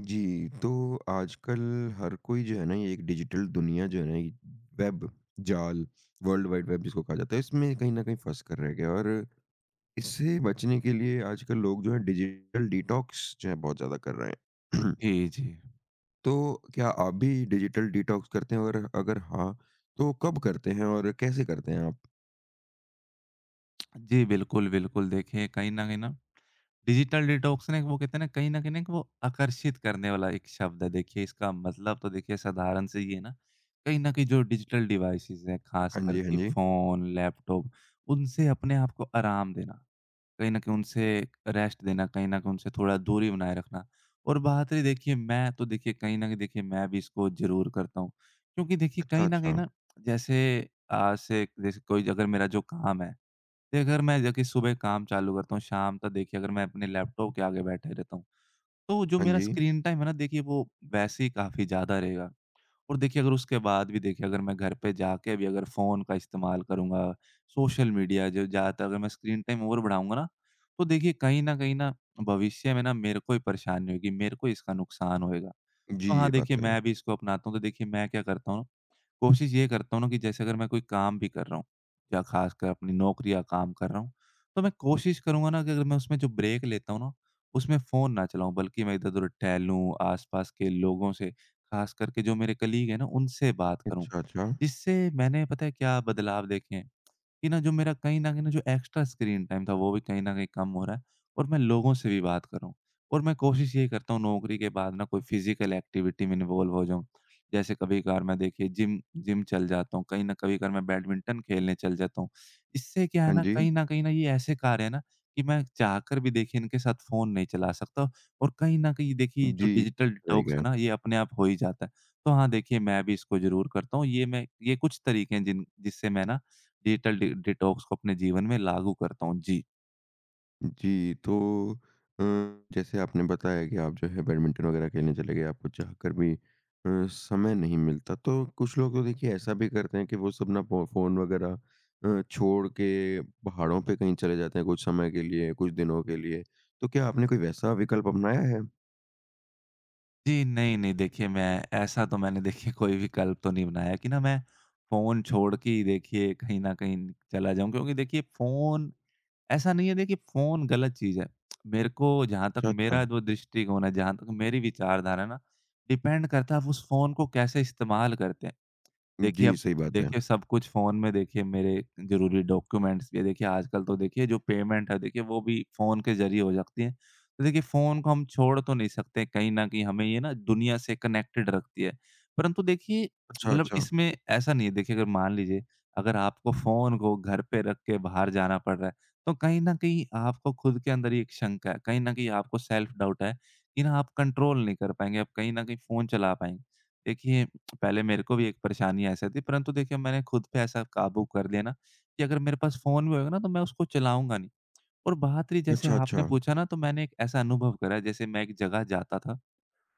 जी, तो आजकल हर कोई जो है ना ये एक डिजिटल दुनिया जो है ना ये वेब जाल, वर्ल्ड वाइड वेब जिसको कहा जाता है इसमें कहीं न कहीं फँस कर रह गया और इससे बचने के लिए आजकल लोग जो है डिजिटल डिटॉक्स जो है बहुत ज़्यादा कर रहे हैं। जी, जी। तो क्या आप भी डिजिटल डिटॉक्स करते हैं और अगर हाँ, तो कब करते हैं और कैसे करते हैं आप? जी, बिल्कुल, बिल्कुल। देखिए, कहीं न कहीं ना डिजिटल डिटॉक्स ना एक वो कहते हैं ना कहीं न कहीं ना एक वो आकर्षित करने वाला एक शब्द है। देखिए, इसका मतलब तो देखिए साधारण से ही है ना, कहीं न कहीं जो डिजिटल डिवाइसेज़ हैं, ख़ास हाँ जी, हाँ करके जी। फ़ोन, लैपटॉप, उनसे अपने आप को आराम देना, कहीं न कहीं उनसे रेस्ट देना, कहीं न कहीं उनसे थोड़ा दूरी बनाए रखना। और बात रही देखिए मैं तो देखिए कहीं न कहीं देखिए मैं भी इसको ज़रूर करता हूँ। क्योंकि देखिए अच्छा, कहीं न कहीं अच्छा। ना जैसे आज से जैसे कोई अगर मेरा जो काम है देखिए, अगर मैं देखिए सुबह काम चालू करता हूँ, शाम तक देखिए अगर मैं अपने लैपटॉप के आगे बैठे रहता हूँ, तो जो हाँ मेरा जी। स्क्रीन टाइम है ना देखिए वो वैसे ही काफ़ी ज़्यादा रहेगा। और देखिए अगर उसके बाद भी देखिए अगर मैं घर पे जाके भी अगर फ़ोन का इस्तेमाल करूँगा, सोशल मीडिया जो ज़्यादातर अगर मैं स्क्रीन टाइम और बढ़ाऊँगा ना, तो देखिए कहीं न कहीं ना भविष्य में ना मेरे को ही परेशानी होगी, मेरे को ही इसका नुकसान होएगा। जी, तो हाँ, ये बात देखिए तो है। मैं भी इसको अपनाता हूँ, तो देखिए मैं क्या करता हूँ ना, कोशिश ये करता हूँ ना कि जैसे अगर मैं कोई काम भी कर रहा हूँ, या खासकर अपनी नौकरी या काम कर रहा हूँ, तो मैं कोशिश करूँगा ना कि अगर मैं उसमें जो ब्रेक लेता हूँ ना, उसमें फ़ोन ना चलाऊँ, बल्कि मैं इधर-उधर टहलूँ, आस-पास के लोगों से, खास करके जो मेरे कलीग हैं ना, उनसे बात करूँ। अच्छा, अच्छा। इससे मैंने पता है क्या बदलाव देखे हैं? कि ना जो मेरा कहीं न कहीं ना जो एक्स्ट्रा स्क्रीन टाइम था वो भी कहीं न कहीं कम हो रहा है और मैं लोगों से भी बात कर रहा हूँ। और मैं कोशिश यही करता हूँ नौकरी के बाद ना कोई फिज़िकल एक्टिविटी में इन्वॉल्व हो जाऊँ। जैसे कभी-कभार मैं देखिए जिम जिम चल जाता हूँ, कहीं न कभी-कभार मैं बैडमिंटन खेलने चल जाता हूँ। इससे क्या है हाँ ना जी। कहीं न कहीं ना ये ऐसे कार्य है ना कि मैं चाहकर भी देखिए इनके साथ फ़ोन नहीं चला सकता और कहीं न कहीं देखिए जो जी, डिजिटल सही डिटॉक्स है कहा। ना ये अपने आप हो ही जाता है। तो हाँ, देखिए मैं भी इसको ज़रूर करता हूँ। ये मैं ये कुछ तरीके हैं जिन जिससे मैं ना डिजिटल डि डिटॉक्स को अपने जीवन में लागू करता हूँ। जी। जी, तो अ, जैसे आपने बताया कि आप जो है बैडमिंटन वगैरह खेलने चले गए, आपको चाहकर भी समय नहीं मिलता। तो कुछ लोग तो देखिए ऐसा भी करते हैं कि वो सब ना फ़ोन वगैरह छोड़ के पहाड़ों पे कहीं चले जाते हैं कुछ समय के लिए, कुछ दिनों के लिए। तो क्या आपने कोई वैसा विकल्प अपनाया है? जी, नहीं, नहीं देखिए मैं ऐसा तो मैंने देखिए कोई विकल्प तो नहीं बनाया कि ना मैं फ़ोन छोड़ के ही देखिए कहीं न कहीं चला जाऊँ क्योंकि देखिए फ़ोन ऐसा नहीं है देखिए फ़ोन गलत चीज़ है। मेरे को जहाँ तक अच्छा, अच्छा। मेरा जो दृष्टिकोण है, जहाँ तक मेरी विचारधारा है ना, डिपेंड करता है आप उस फ़ोन को कैसे इस्तेमाल करते हैं। देखिए, जी, अब सही बात है। देखिए सब कुछ फ़ोन में देखिए मेरे ज़रूरी डॉक्यूमेंट्स भी है, देखिए आजकल तो देखिए जो पेमेंट है देखिए वो भी फ़ोन के ज़रिए हो जाती है। तो देखिए फ़ोन को हम छोड़ तो नहीं सकते, कहीं न कहीं हमें ये ना दुनिया से कनेक्टेड रखती है। परंतु देखिए अच्छा, मतलब अच्छा। इसमें ऐसा नहीं है देखिए अगर मान लीजिए अगर आपको फ़ोन को घर पे रख के बाहर जाना पड़ रहा है, तो कहीं न कहीं आपको खुद के अंदर ही एक शंका है, कहीं न कहीं आपको सेल्फ डाउट है कि ना आप कंट्रोल नहीं कर पाएँगे, आप कहीं न कहीं फ़ोन चला पाएँगे। देखिए पहले मेरे को भी एक परेशानी ऐसे थी परंतु देखिए मैंने खुद पे ऐसा काबू कर लिया ना कि अगर मेरे पास फ़ोन भी होगा ना तो मैं उसको चलाऊँगा नहीं। और बात रही जैसे अच्छा, आपने अच्छा। पूछा ना तो मैंने एक ऐसा अनुभव करा जैसे मैं एक जगह जाता था,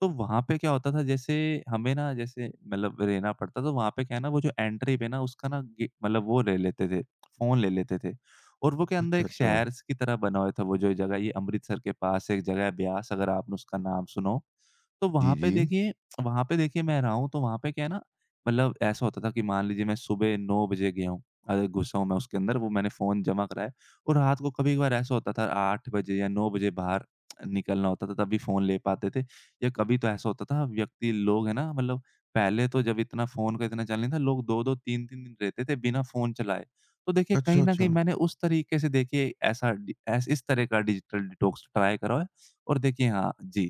तो वहाँ पे क्या होता था जैसे हमें ना जैसे मतलब रहना पड़ता तो वहाँ पे क्या है ना वो जो एंट्री पे ना उसका ना गे मतलब वो ले लेते थे, फ़ोन ले लेते थे। और वो क्या अंदर अच्छा, एक अच्छा। शहर स की तरह बना हुआ था, वो जो जगह ये अमृतसर के पास एक जगह है ब्यास, अगर आपने उसका नाम सुना हो। तो जी, वहाँ पे जी। देखिए वहाँ पे देखिए मैं रहा हूँ, तो वहाँ पे क्या है ना, मतलब ऐसा होता था कि मान लीजिए मैं सुबह 9 बजे गया हूँ, अगर घुसा हूँ मैं उसके अंदर, वो मैंने फ़ोन जमा कराया और रात को कभी-कभार ऐसा होता था 8 बजे या 9 बजे बाहर निकलना होता था, तभी फ़ोन ले पाते थे या कभी तो ऐसा होता था व्यक्ति लोग है ना मतलब पहले तो जब इतना फ़ोन का इतना चल नहीं था, लोग 2-2 3-3 दिन रहते थे बिना फ़ोन चलाए। तो देखिए अच्छा, कहीं न अच्छा। कहीं मैंने उस तरीके से देखिए ऐसा डि ऐस इस तरह का डिजिटल डिटॉक्स ट्राई करा है और देखिए हाँ, जी।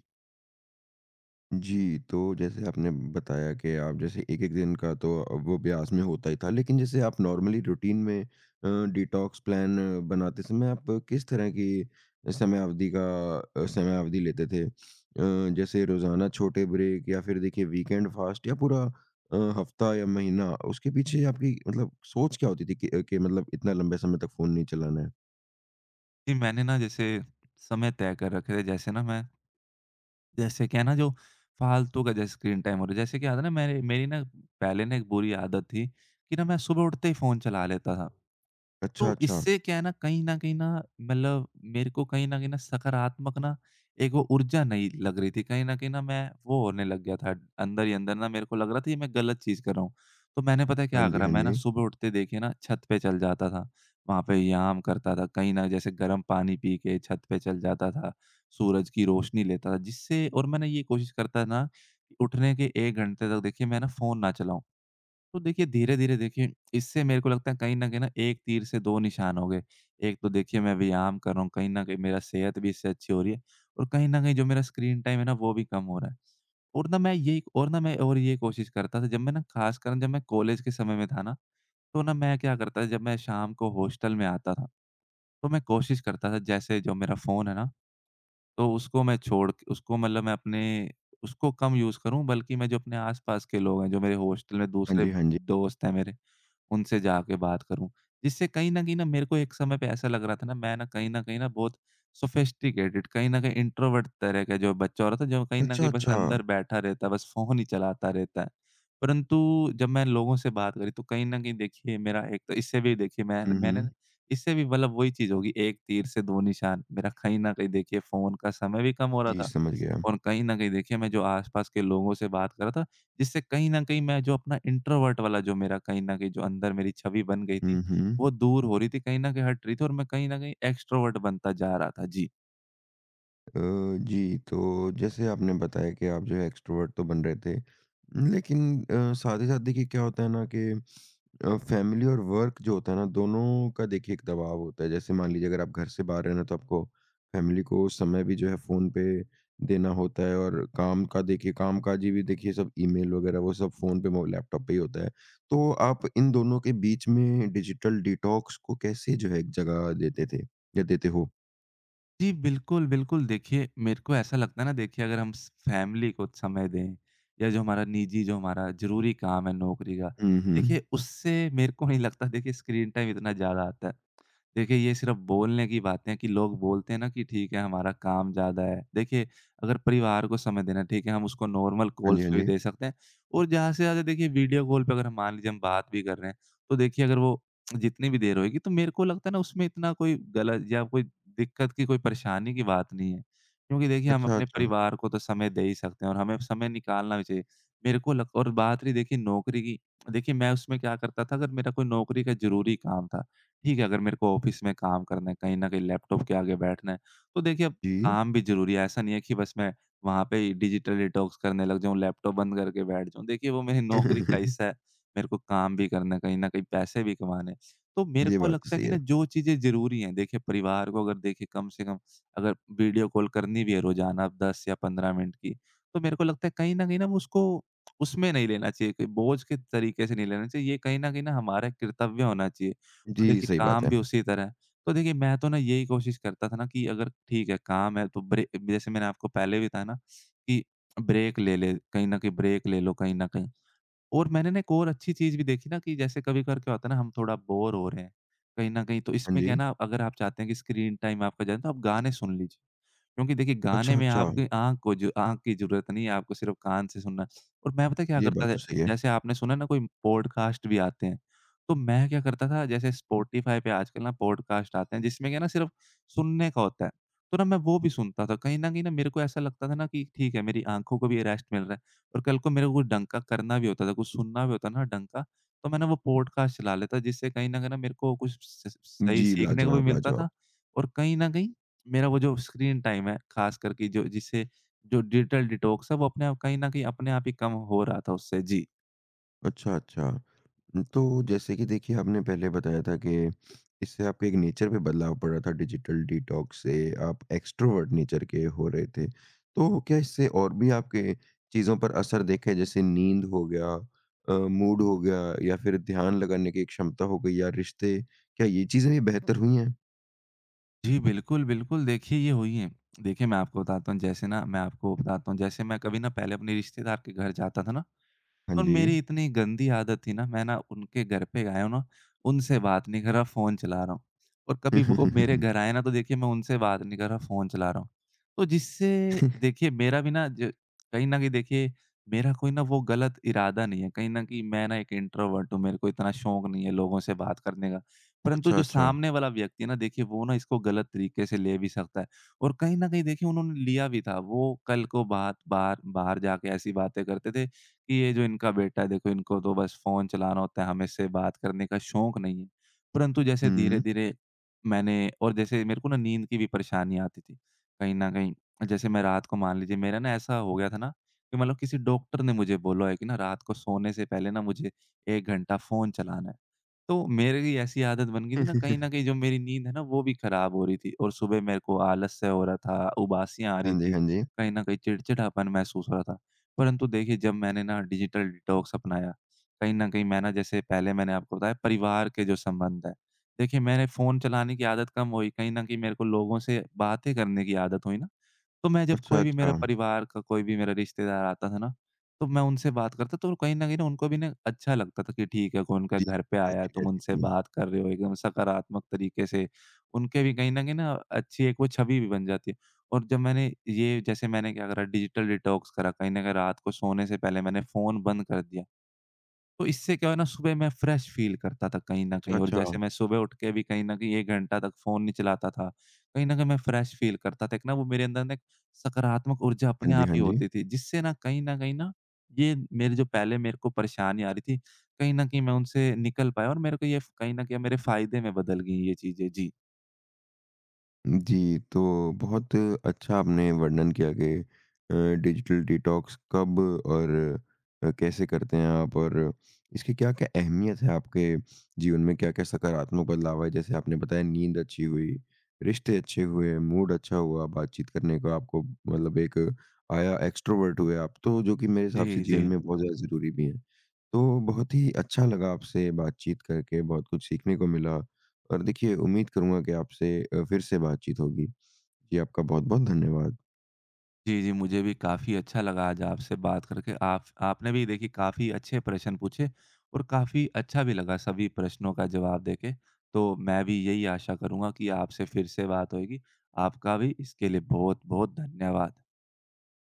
जी, तो जैसे आपने बताया कि आप जैसे एक-एक दिन का तो वो ब्याज में होता ही था, लेकिन जैसे आप नॉर्मली रूटीन में अ, डिटॉक्स प्लान बनाते समय आप किस तरह की समयावधि का समयावधि लेते थे? जैसे रोज़ाना छोटे ब्रेक या फिर देखिए वीकेंड फास्ट या पूरा हफ्ता या महीना? उसके पीछे आपकी मतलब सोच क्या होती थी कि कि मतलब इतना लंबे समय तक फ़ोन नहीं चलाना है? जी, मैंने ना जैसे समय तय कर रखे थे, जैसे ना मैं जैसे क्या है ना जो फालतू का जैसे स्क्रीन टाइम हो रहा है, जैसे क्या था ना मेरे मेरी ना पहले ना एक बुरी आदत थी कि ना मैं सुबह उठते ही फ़ोन चला लेता था। अच्छा, तो अच्छा। इससे क्या है ना कहीं न कहीं ना मतलब मेरे को कहीं न कहीं ना सकारात्मक ना एक वो ऊर्जा नहीं लग रही थी। कहीं न कहीं ना मैं वो होने लग गया था, अंदर ही अंदर ना मेरे को लग रहा था ये मैं गलत चीज़ कर रहा हूँ। तो मैंने पता है हाँ क्या जी, करा? हाँ मैं ना जी। सुबह उठते देखिए ना छत पे चल जाता था। वहाँ पे व्यायाम करता था। कहीं न जैसे गर्म पानी पी के छत पे चल जाता था। सूरज की रोशनी लेता था जिससे, और मैंने ये कोशिश करता ना कि उठने के 1 घंटे तक देखिए मैं ना फ़ोन ना चलाऊँ। तो देखिए, धीरे-धीरे देखिए, इससे मेरे को लगता है कहीं न कहीं ना एक तीर से दो निशान हो गए। एक तो देखिए मैं व्यायाम कर रहा हूँ, कहीं न कहीं मेरा सेहत भी इससे अच्छी हो रही है और कहीं न कहीं जो मेरा स्क्रीन टाइम है ना वो भी कम हो रहा है। और ना मैं यही और ना मैं और ये कोशिश करता था जब मैं ना, ख़ासकर जब मैं कॉलेज के समय में था ना, तो ना मैं क्या करता था जब मैं शाम को हॉस्टल में आता था, तो मैं कोशिश करता था जैसे जो मेरा फ़ोन है ना, तो उसको मैं छोड़ के उसको मतलब मैं अपने उसको कम यूज़ करूँ, बल्कि मैं जो अपने आस-पास के लोग हैं, जो मेरे हॉस्टल में हाँ दूसरे जी, हाँ जी। दोस्त हैं मेरे, उनसे जाके बात करूँ। जिससे कहीं न कहीं ना मेरे को एक समय पे ऐसा लग रहा था ना मैं ना कहीं न कहीं ना बहुत सोफिस्टिकेटेड कहीं न कहीं इंट्रोवर्ट तरह का जो बच्चा हो रहा था, जो कहीं न अच्छा, कहीं बस अच्छा। अंदर बैठा रहता है, बस फ़ोन ही चलाता रहता है। परंतु जब मैं लोगों से बात करी तो कहीं न कहीं देखिए मेरा एक तो इससे भी देखिए मैं हुँ, मैंने हुँ। इससे भी मतलब वही चीज़ होगी, एक तीर से दो निशान। मेरा कहीं न कहीं देखिए फ़ोन का समय भी कम हो रहा जी, था समझ गया। और कहीं न कहीं देखिए मैं जो आस-पास के लोगों से बात कर रहा था, जिससे कहीं न कहीं मैं जो अपना इंट्रोवर्ट वाला जो मेरा कहीं न कहीं जो अंदर मेरी छवि बन गई थी, हुँ, हुँ। वो दूर हो रही थी, कहीं न कहीं हट रही थी, और मैं कहीं न कहीं एक्सट्रोवर्ट बनता जा रहा था। जी। अ, जी, तो जैसे आपने बताया कि आप जो है एक्स्ट्रोवर्ट तो बन रहे थे। लेकिन साथ ही साथ देखिए क्या होता है ना कि फैमिली और वर्क जो होता है ना, दोनों का देखिए एक दबाव होता है। जैसे मान लीजिए अगर आप घर से बाहर हैं ना, तो आपको फैमिली को समय भी जो है फ़ोन पे देना होता है और काम का देखिए कामकाजी भी देखिए सब ईमेल वगैरह वो सब फ़ोन पे मो लैपटॉप पे ही होता है। तो आप इन दोनों के बीच में डिजिटल डिटॉक्स को कैसे जो है एक जगह देते थे या देते हो? जी, बिल्कुल, बिल्कुल। देखिए, मेरे को ऐसा लगता है ना, देखिए अगर हम स फैमिली को समय दें या जो हमारा निजी जो हमारा ज़रूरी काम है नौकरी का, हुँ, हुँ। देखिए उससे मेरे को नहीं लगता देखिए स्क्रीन टाइम इतना ज़्यादा आता है। देखिए ये सिर्फ़ बोलने की बातें हैं कि लोग बोलते हैं ना कि ठीक है हमारा काम ज़्यादा है। देखिए, अगर परिवार को समय देना, ठीक है हम उसको नॉर्मल हाँ जी, कॉल्स हाँ पे भी जी। दे सकते हैं और ज़्यादा से ज़्यादा देखिए वीडियो कॉल पे अगर हम मान लीजिए हम बात भी कर रहे हैं, तो देखिए अगर वो जितनी भी देर होएगी, तो मेरे को लगता है ना उसमें इतना कोई गलत या कोई दिक्कत की, कोई परेशानी की बात नहीं है। क्योंकि देखिए हम अच्छा, अपने अच्छा। परिवार को तो समय दे ही सकते हैं और हमें समय निकालना भी चाहिए। मेरे को लग और बात रही देखिए नौकरी की, देखिए मैं उसमें क्या करता था अगर मेरा कोई नौकरी का ज़रूरी काम था, ठीक है अगर मेरे को ऑफ़िस में काम करना है, कहीं न कहीं लैपटॉप के आगे बैठना है, तो देखिए अब जी। काम भी ज़रूरी है। ऐसा नहीं है कि बस मैं वहाँ पे ही डिजिटल डिटॉक्स करने लग जाऊँ, लैपटॉप बंद करके बैठ जाऊँ। देखिए वो मेरी नौकरी का हिस्सा है, मेरे को काम भी करना है, कहीं न कहीं पैसे भी कमाने हैं। तो मेरे ये को बात तो लगता है सही कि है। ना जो चीज़ें ज़रूरी हैं, देखिए परिवार को अगर देखिए कम से कम अगर वीडियो कॉल करनी भी है रोज़ाना 10 या 15 मिनट की, तो मेरे को लगता है कहीं न कहीं ना वो उसको उसमें नहीं लेना चाहिए, कोई बोझ के तरीके से नहीं लेना चाहिए। ये कहीं न कहीं ना हमारा कर्तव्य होना चाहिए और जी, देखिए सही बात काम है। भी उसी तरह है। तो देखिए मैं तो ना यही कोशिश करता था ना कि अगर ठीक है काम है तो ब्रे जैसे मैंने आपको पहले भी बताया ना कि ब्रेक ले ले कहीं न कहीं, ब्रेक ले लो कहीं न कहीं। और मैंने ना एक और अच्छी चीज़ भी देखी ना कि जैसे कभी-कभार क्या होता है ना, हम थोड़ा बोर हो रहे हैं, कहीं न कहीं, तो हाँ इसमें क्या है जी। ना, अगर आप चाहते हैं कि स्क्रीन टाइम आपका जाए, तो आप गाने सुन लीजिए। क्योंकि देखिए गाने अच्छा, में अच्छा। आपकी आँख को, जो आँख की ज़रूरत नहीं है, आपको सिर्फ़ कान से सुनना है। और मैं पता है क्या ये बात करता था, तो सही है। जैसे आपने सुना ना, कोई पॉडकास्ट भी आते हैं, तो मैं क्या करता था, जैसे स्पॉटिफ़ाई पे आजकल ना पॉडकास्ट आते हैं जिसमें क्या है ना, सिर्फ़ सुनने का होता है, तो ना मैं वो भी सुनता था। कहीं न कहीं ना मेरे को ऐसा लगता था ना कि ठीक है, मेरी आँखों को भी रेस्ट मिल रहा है और कल को मेरे को कुछ ढंग का करना भी होता था, कुछ सुनना भी होता ना ढंग का, तो मैं ना वो पॉडकास्ट चला लेता जिससे कहीं न कहीं ना मेरे को कुछ स स सही जी, सीखने को भी लाजवाब, मिलता था। लाजवाब। और कहीं न कहीं मेरा वो जो स्क्रीन टाइम है, ख़ास करके जो डिजिटल डिटॉक्स है, वो अपने आप कहीं न कहीं अपने आप ही कम हो रहा था उससे। जी। अच्छा, अच्छा। तो जैसे कि देखिए आपने पहले बताया था कि इससे आपके एक नेचर पे बदलाव पड़ रहा था डिजिटल डिटॉक्स से, आप एक्सट्रोवर्ट नेचर के हो रहे थे। तो क्या इससे और भी आपके चीज़ों पर असर देखा है जैसे नींद हो गया मूड हो गया या फिर ध्यान लगाने की एक क्षमता हो गई या रिश्ते, क्या ये चीज़ें भी बेहतर हुई हैं? जी, बिल्कुल, बिल्कुल। देखिए, ये हुई है। देखिए, मैं आपको बताता हूँ, जैसे ना मैं आपको बताता हूँ, जैसे मैं कभी ना पहले अपने रिश्तेदार के घर जाता था ना, हाँ और जी। मेरी इतनी गंदी आदत थी ना, मैं ना उनके घर पे आया हूँ ना, उनसे बात नहीं कर रहा, फ़ोन चला रहा हूँ। और कभी वो मेरे घर आए ना, तो देखिए मैं उनसे बात नहीं कर रहा, फ़ोन चला रहा हूँ। तो जिससे देखिए मेरा भी ना ज कहीं न कहीं देखिए मेरा कोई ना वो गलत इरादा नहीं है। कहीं न कहीं मैं ना एक इंट्रोवर्ट हूँ, मेरे को इतना शौक नहीं है लोगों से बात करने का। परंतु अच्छा, जो अच्छा। सामने वाला व्यक्ति है ना, देखिए वो ना इसको गलत तरीके से ले भी सकता है। और कहीं न कहीं देखिए उन्होंने लिया भी था। वो कल को बात बाहर बाहर जाके ऐसी बातें करते थे कि ये जो इनका बेटा है, देखो इनको तो बस फ़ोन चलाना होता है, हमें इससे बात करने का शौक नहीं है। परंतु जैसे हुँ। धीरे-धीरे मैंने और जैसे मेरे को ना नींद की भी परेशानी आती थी। कहीं न कहीं जैसे मैं रात को मान लीजिए, मेरा ना ऐसा हो गया था ना कि मतलब किसी डॉक्टर ने मुझे बोला है कि ना रात को सोने से पहले ना मुझे 1 घंटा फ़ोन चलाना है। तो मेरे की ऐसी आदत बन गई थी ना, कहीं न कहीं, जो मेरी नींद है ना, वो भी ख़राब हो रही थी और सुबह मेरे को आलस-सा हो रहा था, उबासियाँ आ रही हाँ जी, थी, हाँ जी। कहीं न कहीं चिड़चिड़ापन महसूस हो रहा था। परंतु देखिए जब मैंने ना डिजिटल डिटॉक्स अपनाया, कहीं न कहीं मैं ना, जैसे पहले मैंने आपको बताया, परिवार के जो संबंध है, देखिए मैंने फ़ोन चलाने की आदत कम हुई, कहीं न कहीं मेरे को लोगों से बातें करने की आदत हुई ना, तो मैं जब अच्छा, कोई भी अच्छा। मेरा परिवार का कोई भी मेरा रिश्तेदार आता था ना, तो मैं उनसे बात करता, तो कहीं न उनको भी ना अच्छा लगता था कि ठीक है, कोई उनका जी, घर पे आया है, दोस्ती तुम रहती उनसे थी। बात कर रहे हो एकदम सकारात्मक तरीके से। उनके भी कहीं न अच्छी एक वो छवि भी बन जाती है। और जब मैंने ये जैसे मैंने क्या करा, डिजिटल डिटॉक्स करा, कहीं न कहीं रात को सोने से पहले मैंने फ़ोन बंद कर दिया। तो इससे क्या है ना, सुबह मैं फ्रेश फ़ील करता था कहीं न अच्छा, कहीं और अच्छा। जैसे मैं सुबह उठ के भी कहीं न कहीं 1 घंटा तक फ़ोन नहीं चलाता था। कहीं न कहीं मैं फ्रेश फ़ील करता था। एक ना वो मेरे अंदर ना एक सकारात्मक ऊर्जा अपने हाँ जी, आप हाँ ही जी। होती थी जिससे ना कहीं न कहीं ना ये मेरे जो पहले मेरे को परेशानी आ रही थी, कहीं न कहीं मैं उनसे निकल पाया और मेरे को ये कहीं न कहीं मेरे फ़ायदे में बदल गई ये चीज़ें। जी। जी, तो बहुत अच्छा आपने वर्णन किया कि अ, डिजिटल डिटॉक्स कब और कैसे करते हैं आप और इसकी क्या-क्या अहमियत है आपके जीवन में? क्या-क्या सकारात्मक बदलाव आए? जैसे आपने बताया नींद अच्छी हुई, रिश्ते अच्छे हुए, मूड अच्छा हुआ, बातचीत करने का आपको मतलब एक आया, एक्सट्रोवर्ट हुए आप तो जो कि मेरे हिसाब से जी, जीवन जी। में बहुत ज़्यादा ज़रूरी भी है। तो बहुत ही अच्छा लगा आपसे बातचीत करके, बहुत कुछ सीखने को मिला। और देखिए उम्मीद करूँगा कि आपसे फिर से बातचीत होगी। जी, आपका बहुत-बहुत धन्यवाद। जी, जी, मुझे भी काफ़ी अच्छा लगा आज आपसे बात करके। आप आपने भी देखिए काफ़ी अच्छे प्रश्न पूछे और काफ़ी अच्छा भी लगा सभी प्रश्नों का जवाब देके। तो मैं भी यही आशा करूँगा कि आपसे फिर से बात होएगी। आपका भी इसके लिए बहुत-बहुत धन्यवाद।